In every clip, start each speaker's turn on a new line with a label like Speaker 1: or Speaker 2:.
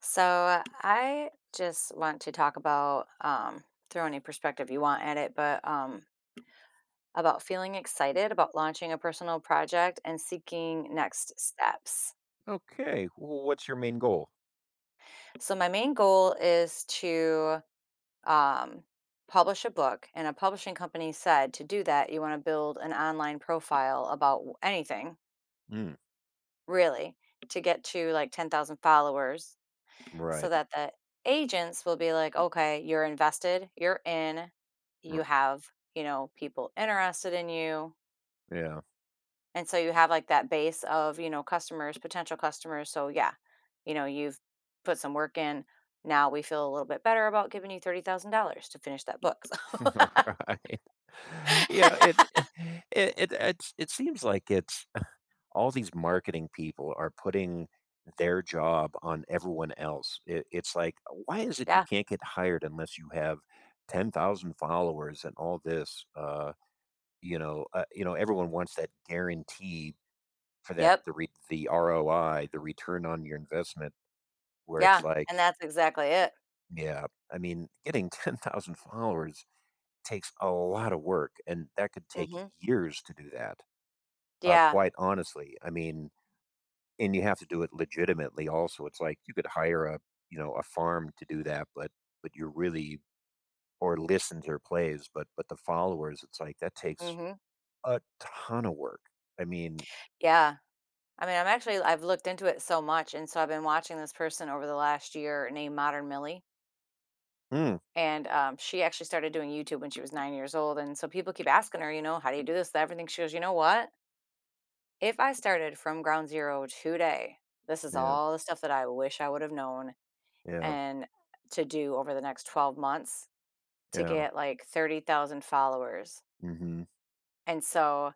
Speaker 1: So I just want to talk about, throw any perspective you want at it, but about feeling excited about launching a personal project and seeking next steps.
Speaker 2: Okay. Well, what's your main goal?
Speaker 1: So my main goal is to um, publish a book, and a publishing company said to do that, you want to build an online profile about anything
Speaker 2: Mm,
Speaker 1: really, to get to like 10,000 followers so
Speaker 2: right.
Speaker 1: that the agents will be like, okay, you're invested, you're in,
Speaker 2: r-
Speaker 1: you have, people interested in you.
Speaker 2: Yeah.
Speaker 1: And so you have like that base of, customers, potential customers. So yeah, you've put some work in. Now we feel a little bit better about giving you $30,000 to finish that book.
Speaker 2: Right. You
Speaker 1: So
Speaker 2: know, it seems like it's all these marketing people are putting their job on everyone else. It's like, why is it you
Speaker 1: yeah.
Speaker 2: can't get hired unless you have 10,000 followers and all this? Everyone wants that guarantee for
Speaker 1: Yep.
Speaker 2: the ROI, the return on your investment, where it's
Speaker 1: Yeah.
Speaker 2: like.
Speaker 1: And that's exactly it.
Speaker 2: Getting 10,000 followers takes a lot of work, and that could take
Speaker 1: Mhm.
Speaker 2: years to do that,
Speaker 1: Yeah.
Speaker 2: quite honestly. And you have to do it legitimately also. It's like you could hire a farm to do that, but you're really or listens or plays, but the followers, it's like that takes
Speaker 1: Mhm.
Speaker 2: a ton of work. I mean,
Speaker 1: Yeah. I mean, I've looked into it so much, and so I've been watching this person over the last year named Modern Millie,
Speaker 2: mm,
Speaker 1: and, she actually started doing YouTube when she was 9 years old, and so people keep asking her, "How do you do this, that, everything?" She goes, "You know what? If I started from ground zero today, this is
Speaker 2: yeah,
Speaker 1: all the stuff that I wish I would have known
Speaker 2: yeah,
Speaker 1: and to do over the next 12 months to
Speaker 2: yeah.
Speaker 1: get, like, 30,000 followers."
Speaker 2: Mhm.
Speaker 1: And so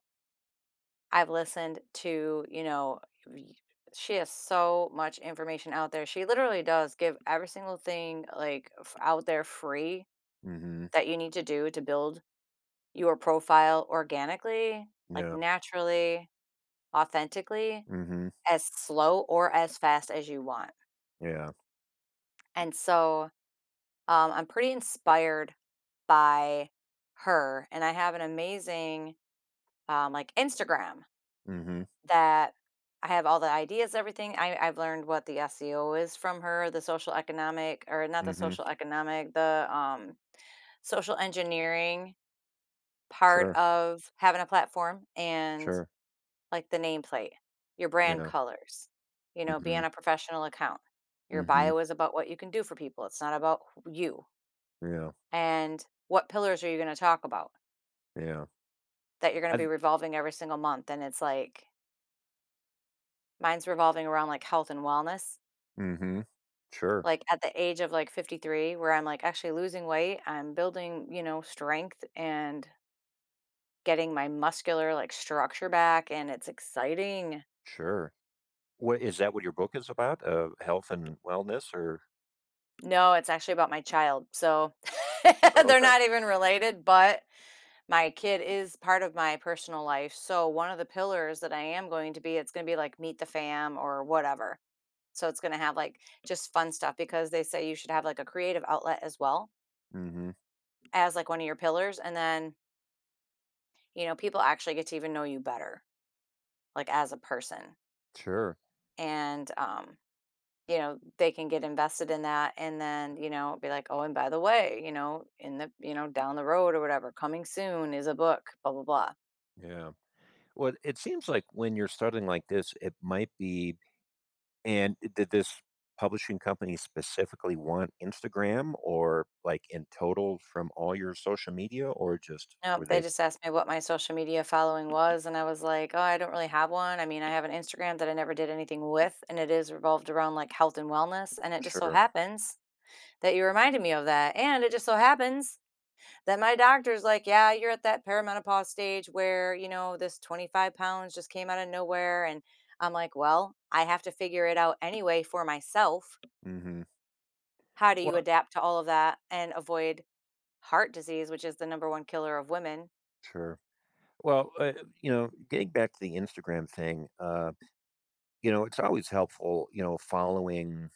Speaker 1: I've listened to, y- she has so much information out there. She literally does give every single thing like out there free
Speaker 2: Mhm.
Speaker 1: that you need to do to build your profile organically, like
Speaker 2: Yeah.
Speaker 1: naturally, authentically,
Speaker 2: Mhm.
Speaker 1: as slow or as fast as you want.
Speaker 2: Yeah.
Speaker 1: And so I'm pretty inspired by her, and I have an amazing like Instagram.
Speaker 2: Mhm.
Speaker 1: That I have all the ideas, everything. I've learned what the SEO is from her, the social economic, or not the
Speaker 2: Mhm.
Speaker 1: social economic, the, social engineering part
Speaker 2: Sure.
Speaker 1: of having a platform and,
Speaker 2: Sure.
Speaker 1: like, the nameplate, your brand
Speaker 2: Yeah.
Speaker 1: colors,
Speaker 2: Mhm.
Speaker 1: being a professional account. Your
Speaker 2: Mhm.
Speaker 1: bio is about what you can do for people, it's not about wh you,
Speaker 2: Yeah,
Speaker 1: and what pillars are you gonna talk about
Speaker 2: yeah.
Speaker 1: that you're gonna
Speaker 2: I
Speaker 1: be
Speaker 2: th
Speaker 1: revolving every single month. And it's like, mine's revolving around, like, health and wellness.
Speaker 2: Mhm. Sure,
Speaker 1: Like, at the age of, like, 53, where I'm, like, actually losing weight, I'm building, strength and getting my muscular, like, structure back, and it's exciting.
Speaker 2: sure. What is that what your book is about? Health and wellness or.
Speaker 1: No, it's actually about my child, so
Speaker 2: Oh,
Speaker 1: they're
Speaker 2: okay.
Speaker 1: not even related, but my kid is part of my personal life, so one of the pillars that I am going to be, it's gonna be, like, meet the fam or whatever. So it's gonna have, like, just fun stuff, because they say you should have, like, a creative outlet as well,
Speaker 2: Mhm.
Speaker 1: as, like, one of your pillars. And then, you know, people actually get to even know you better, like as a person,
Speaker 2: Sure.
Speaker 1: and you know, they can get invested in that, and then, you know, be like, oh, and by the way, you know, in the, you know, down the road or whatever, coming soon is a book, blah blah blah.
Speaker 2: Yeah. Well, it seems like when you're starting like this, it might be. And did this publishing company specifically want Instagram or, like, in total from all your social media, or just
Speaker 1: Nope,
Speaker 2: were
Speaker 1: they
Speaker 2: they.
Speaker 1: just asked me what my social media following was, and I was like, oh, I don't really have one. I mean, I have an Instagram that I never did anything with, and it is revolved around like health and wellness, and it just so
Speaker 2: Sure.
Speaker 1: happens that you reminded me of that, and it just so happens. Then my doctor's like, "Yeah, you're at that perimenopause stage where, you know, this 25 pounds just came out of nowhere." And I'm like, well, I have to figure it out anyway for myself.
Speaker 2: Mhm.
Speaker 1: How do you
Speaker 2: Well,
Speaker 1: adapt to all of that and avoid heart disease, which is the number one killer of women?
Speaker 2: sure. Well, you know, getting back to the Instagram thing, uh. It's always helpful, following,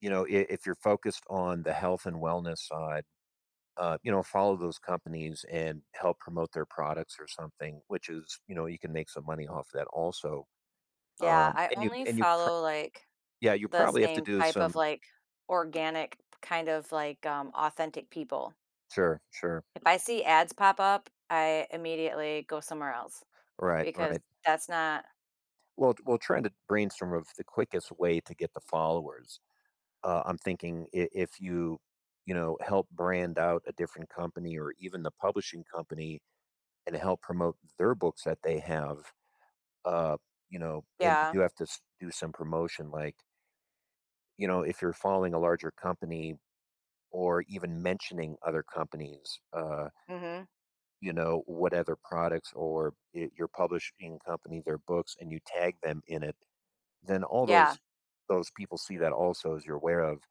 Speaker 2: if you're focused on the health and wellness side, you know, follow those companies and help promote their products or something, which is, you know, you can make some money off that also.
Speaker 1: Yeah,
Speaker 2: Um,
Speaker 1: I
Speaker 2: and you,
Speaker 1: only
Speaker 2: and you, pro-
Speaker 1: follow like
Speaker 2: yeah, you
Speaker 1: the
Speaker 2: probably have to
Speaker 1: same
Speaker 2: do
Speaker 1: type of
Speaker 2: some.
Speaker 1: like organic kind of like authentic people.
Speaker 2: Sure, sure.
Speaker 1: If I see ads pop up, I immediately go somewhere else,
Speaker 2: Right,
Speaker 1: because
Speaker 2: right.
Speaker 1: that's not,
Speaker 2: Well, trying to brainstorm of the quickest way to get the followers. I'm thinking if you, you know, help brand out a different company or even the publishing company and help promote their books that they have. Uh, you know, and you
Speaker 1: yeah.
Speaker 2: do have to do some promotion, like, you know, if you're following a larger company or even mentioning other companies,
Speaker 1: Hmm.
Speaker 2: you know, what other products or your publishing company, their books, and you tag them in it, then all
Speaker 1: Yeah.
Speaker 2: those people see that also as you're aware of.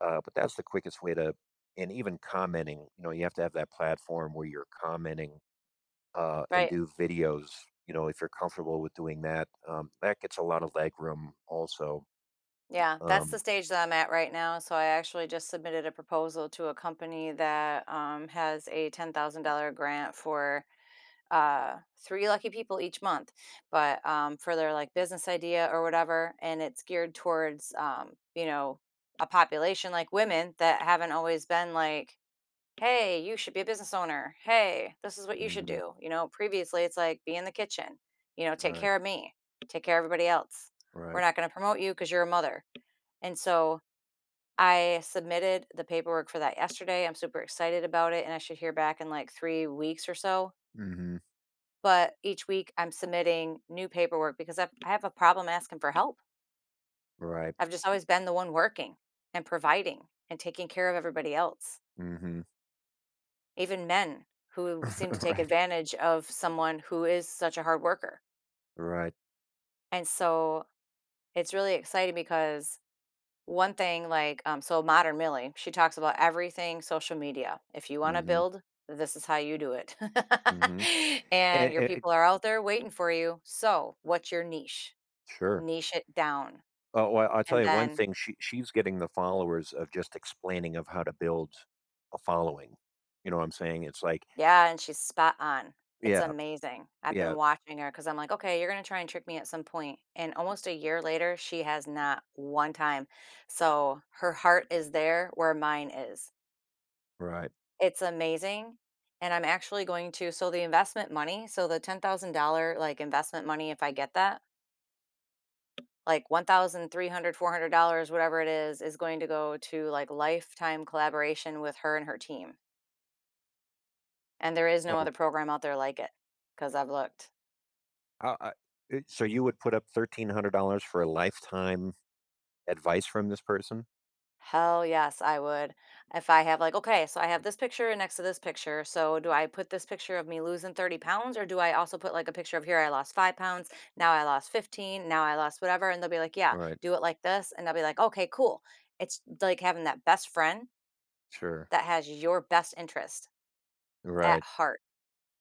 Speaker 2: But that's the quickest way to, and even commenting, you know, you have to have that platform where you're commenting, and
Speaker 1: Right.
Speaker 2: do videos. You know, if you're comfortable with doing that, that gets a lot of leg room also.
Speaker 1: Yeah, that's the
Speaker 2: Um,
Speaker 1: stage that I'm at right now. So I actually just submitted a proposal to a company that has a $10,000 grant for three lucky people each month, but for their like business idea or whatever. And it's geared towards, a population like women that haven't always been like, hey, you should be a business owner. Hey, this is what you should
Speaker 2: hmm.
Speaker 1: do. You know, previously it's like, be in the kitchen, take
Speaker 2: Right,
Speaker 1: care of me, take care of everybody else. We're
Speaker 2: right.
Speaker 1: not going to promote you because you're a mother. And so I submitted the paperwork for that yesterday. I'm super excited about it, and I should hear back in like 3 weeks or so.
Speaker 2: Hmm.
Speaker 1: But each week I'm submitting new paperwork, because I have a problem asking for help.
Speaker 2: Right.
Speaker 1: I've just always been the one working and providing and taking care of everybody else,
Speaker 2: Hmm.
Speaker 1: even men who seem to take
Speaker 2: Right,
Speaker 1: advantage of someone who is such a hard worker.
Speaker 2: right.
Speaker 1: And so it's really exciting because one thing, like, so Modern Millie, she talks about everything social media. If you want to
Speaker 2: Hmm.
Speaker 1: build, this is how you do it.
Speaker 2: Hmm.
Speaker 1: And
Speaker 2: And,
Speaker 1: your
Speaker 2: and-
Speaker 1: people are out there waiting for you. So, what's your niche?
Speaker 2: sure.
Speaker 1: Niche it down.
Speaker 2: Well, I'll tell
Speaker 1: And
Speaker 2: you one
Speaker 1: then,
Speaker 2: thing. She's getting the followers of just explaining of how to build a following. You know what I'm saying? It's like,
Speaker 1: yeah, and she's spot on. It's
Speaker 2: yeah,
Speaker 1: amazing. I've
Speaker 2: yeah,
Speaker 1: been watching her because I'm like, okay, you're going to try and trick me at some point. And almost a year later, she has not one time. So, her heart is there where mine is.
Speaker 2: right.
Speaker 1: It's amazing, and I'm actually going to, so the investment money, so the $10,000, like, investment money, if I get that, like, 1,300, $400, whatever it is going to go to, like, lifetime collaboration with her and her team, and there is no
Speaker 2: Oh,
Speaker 1: other program out there like it, because 'cause I've looked.
Speaker 2: I, I, so you would put up $1,300 for a lifetime advice from this person?
Speaker 1: Hell yes, I would. If I have like, okay, so I have this picture next to this picture. So do I put this picture of me losing 30 pounds, or do I also put like a picture of here I lost 5 pounds, now I lost 15, now I lost whatever? And they'll be like, yeah,
Speaker 2: Right,
Speaker 1: do it like this. And I'll be like, okay, cool. It's like having that best friend
Speaker 2: sure.
Speaker 1: that has your best interest at
Speaker 2: Right,
Speaker 1: heart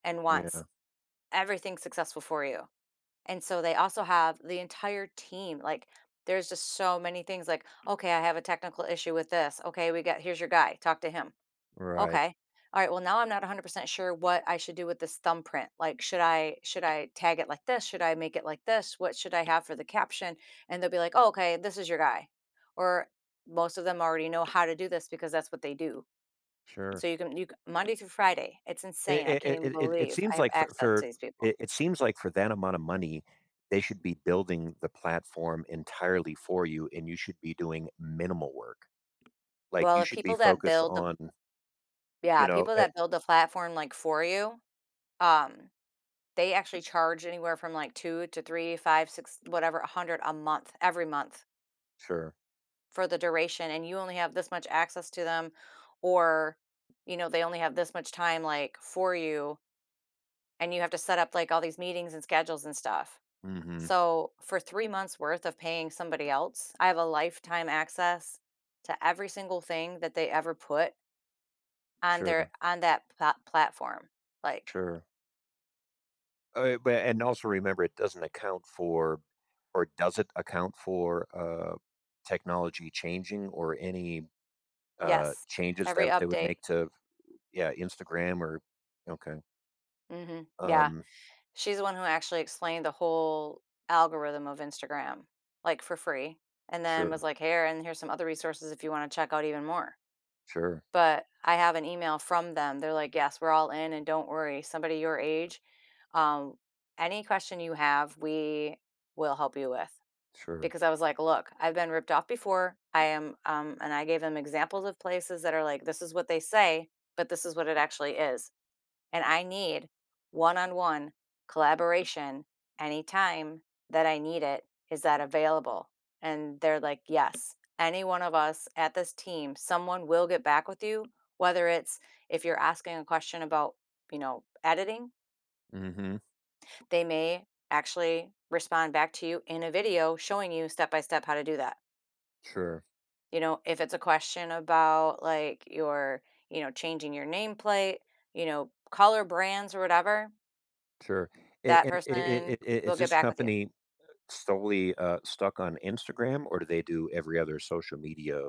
Speaker 1: and wants
Speaker 2: yeah,
Speaker 1: everything successful for you. And so they also have the entire team. Like, there's just so many things like, okay, I have a technical issue with this. Okay, we got, here's your guy, talk to him.
Speaker 2: right,
Speaker 1: Okay. All right. Well, now I'm not 100% sure what I should do with this thumbprint. Like, should I tag it like this? Should I make it like this? What should I have for the caption? And they'll be like, oh, "Okay, this is your guy." Or most of them already know how to do this because that's what they do.
Speaker 2: sure.
Speaker 1: So you can Monday through Friday. It's
Speaker 2: It
Speaker 1: insane. I
Speaker 2: it
Speaker 1: can't even
Speaker 2: it it it
Speaker 1: believe
Speaker 2: seems
Speaker 1: I have
Speaker 2: like
Speaker 1: access to
Speaker 2: for
Speaker 1: these people.
Speaker 2: it seems like for that amount of money, they should be building the platform entirely for you, and you should be doing minimal work. Like,
Speaker 1: Well,
Speaker 2: you
Speaker 1: if
Speaker 2: should be
Speaker 1: people that
Speaker 2: focused
Speaker 1: build the
Speaker 2: on, you
Speaker 1: yeah,
Speaker 2: know,
Speaker 1: people
Speaker 2: eh
Speaker 1: that build the platform like for you, um, they actually charge anywhere from like two to three, five, six, whatever, a hundred a month, every month,
Speaker 2: sure.
Speaker 1: for the duration, and you only have this much access to them, or, you know, they only have this much time like for you, and you have to set up like all these meetings and schedules and stuff.
Speaker 2: Mhm.
Speaker 1: So for 3 months worth of paying somebody else, I have a lifetime access to every single thing that they ever put on their,
Speaker 2: Sure,
Speaker 1: on that platform, like,
Speaker 2: sure. But and also remember it doesn't account for, or does it account for, technology changing or any,
Speaker 1: yes,
Speaker 2: changes
Speaker 1: every
Speaker 2: that they would
Speaker 1: update.
Speaker 2: make to. Yeah, Instagram or okay.
Speaker 1: Hmm, yeah.
Speaker 2: Um,
Speaker 1: She's the one who actually explained the whole algorithm of Instagram, like, for free, and then was
Speaker 2: sure,
Speaker 1: like, "Here, and here's some other resources if you wanna check out even more."
Speaker 2: sure,
Speaker 1: But I have an email from them. They're like, "Yes, we're all in, and don't worry. Somebody your age, um, any question you have, we will help you with."
Speaker 2: sure.
Speaker 1: Because I was like, "Look, I've been ripped off before. I am," and I gave them examples of places that are like, "This is what they say, but this is what it actually is," and I need one-on-one collaboration anytime that I need it. Is that available? And they're like, yes, any one of us at this team, someone will get back with you. Whether it's, if you're asking a question about, you know, editing,
Speaker 2: Mhm.
Speaker 1: they may actually respond back to you in a video showing you step by step how to do that.
Speaker 2: Sure,
Speaker 1: You know, if it's a question about like your, you know, changing your nameplate, you know, color brands or whatever,
Speaker 2: sure. A
Speaker 1: that
Speaker 2: and
Speaker 1: person
Speaker 2: I
Speaker 1: will
Speaker 2: Is
Speaker 1: get
Speaker 2: this
Speaker 1: back with you.
Speaker 2: company solely, stuck on Instagram, or do they do every other social media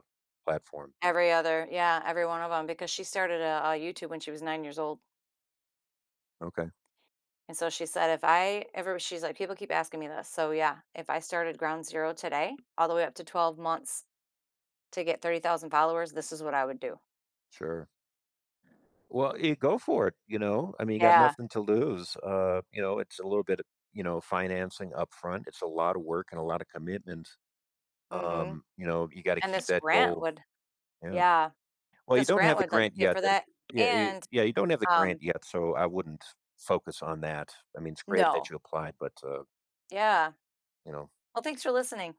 Speaker 2: platform?
Speaker 1: Every other, yeah, every one of them, because she started a YouTube when she was 9 years old,
Speaker 2: Okay,
Speaker 1: and so she said, "If I ever," she's like, "people keep asking me this." So, yeah, if I started ground zero today, all the way up to 12 months to get 30,000 followers, this is what I would do.
Speaker 2: sure. Well, go for it, you know? You got
Speaker 1: Yeah,
Speaker 2: nothing to lose, you know, it's a little bit, you know, financing upfront, it's a lot of work and a lot of commitment,
Speaker 1: mhm,
Speaker 2: you know, you gotta
Speaker 1: and
Speaker 2: keep
Speaker 1: this
Speaker 2: that
Speaker 1: grant
Speaker 2: goal,
Speaker 1: would,
Speaker 2: yeah.
Speaker 1: yeah,
Speaker 2: Well, you
Speaker 1: this
Speaker 2: don't
Speaker 1: grant
Speaker 2: have the
Speaker 1: would, like,
Speaker 2: grant
Speaker 1: pay
Speaker 2: yet.
Speaker 1: for that,
Speaker 2: Yeah,
Speaker 1: and,
Speaker 2: yeah, you don't have the
Speaker 1: um
Speaker 2: grant yet, so I wouldn't focus on that. I mean, it's great that
Speaker 1: no,
Speaker 2: you applied, but
Speaker 1: yeah.
Speaker 2: you know,
Speaker 1: Well, thanks for listening.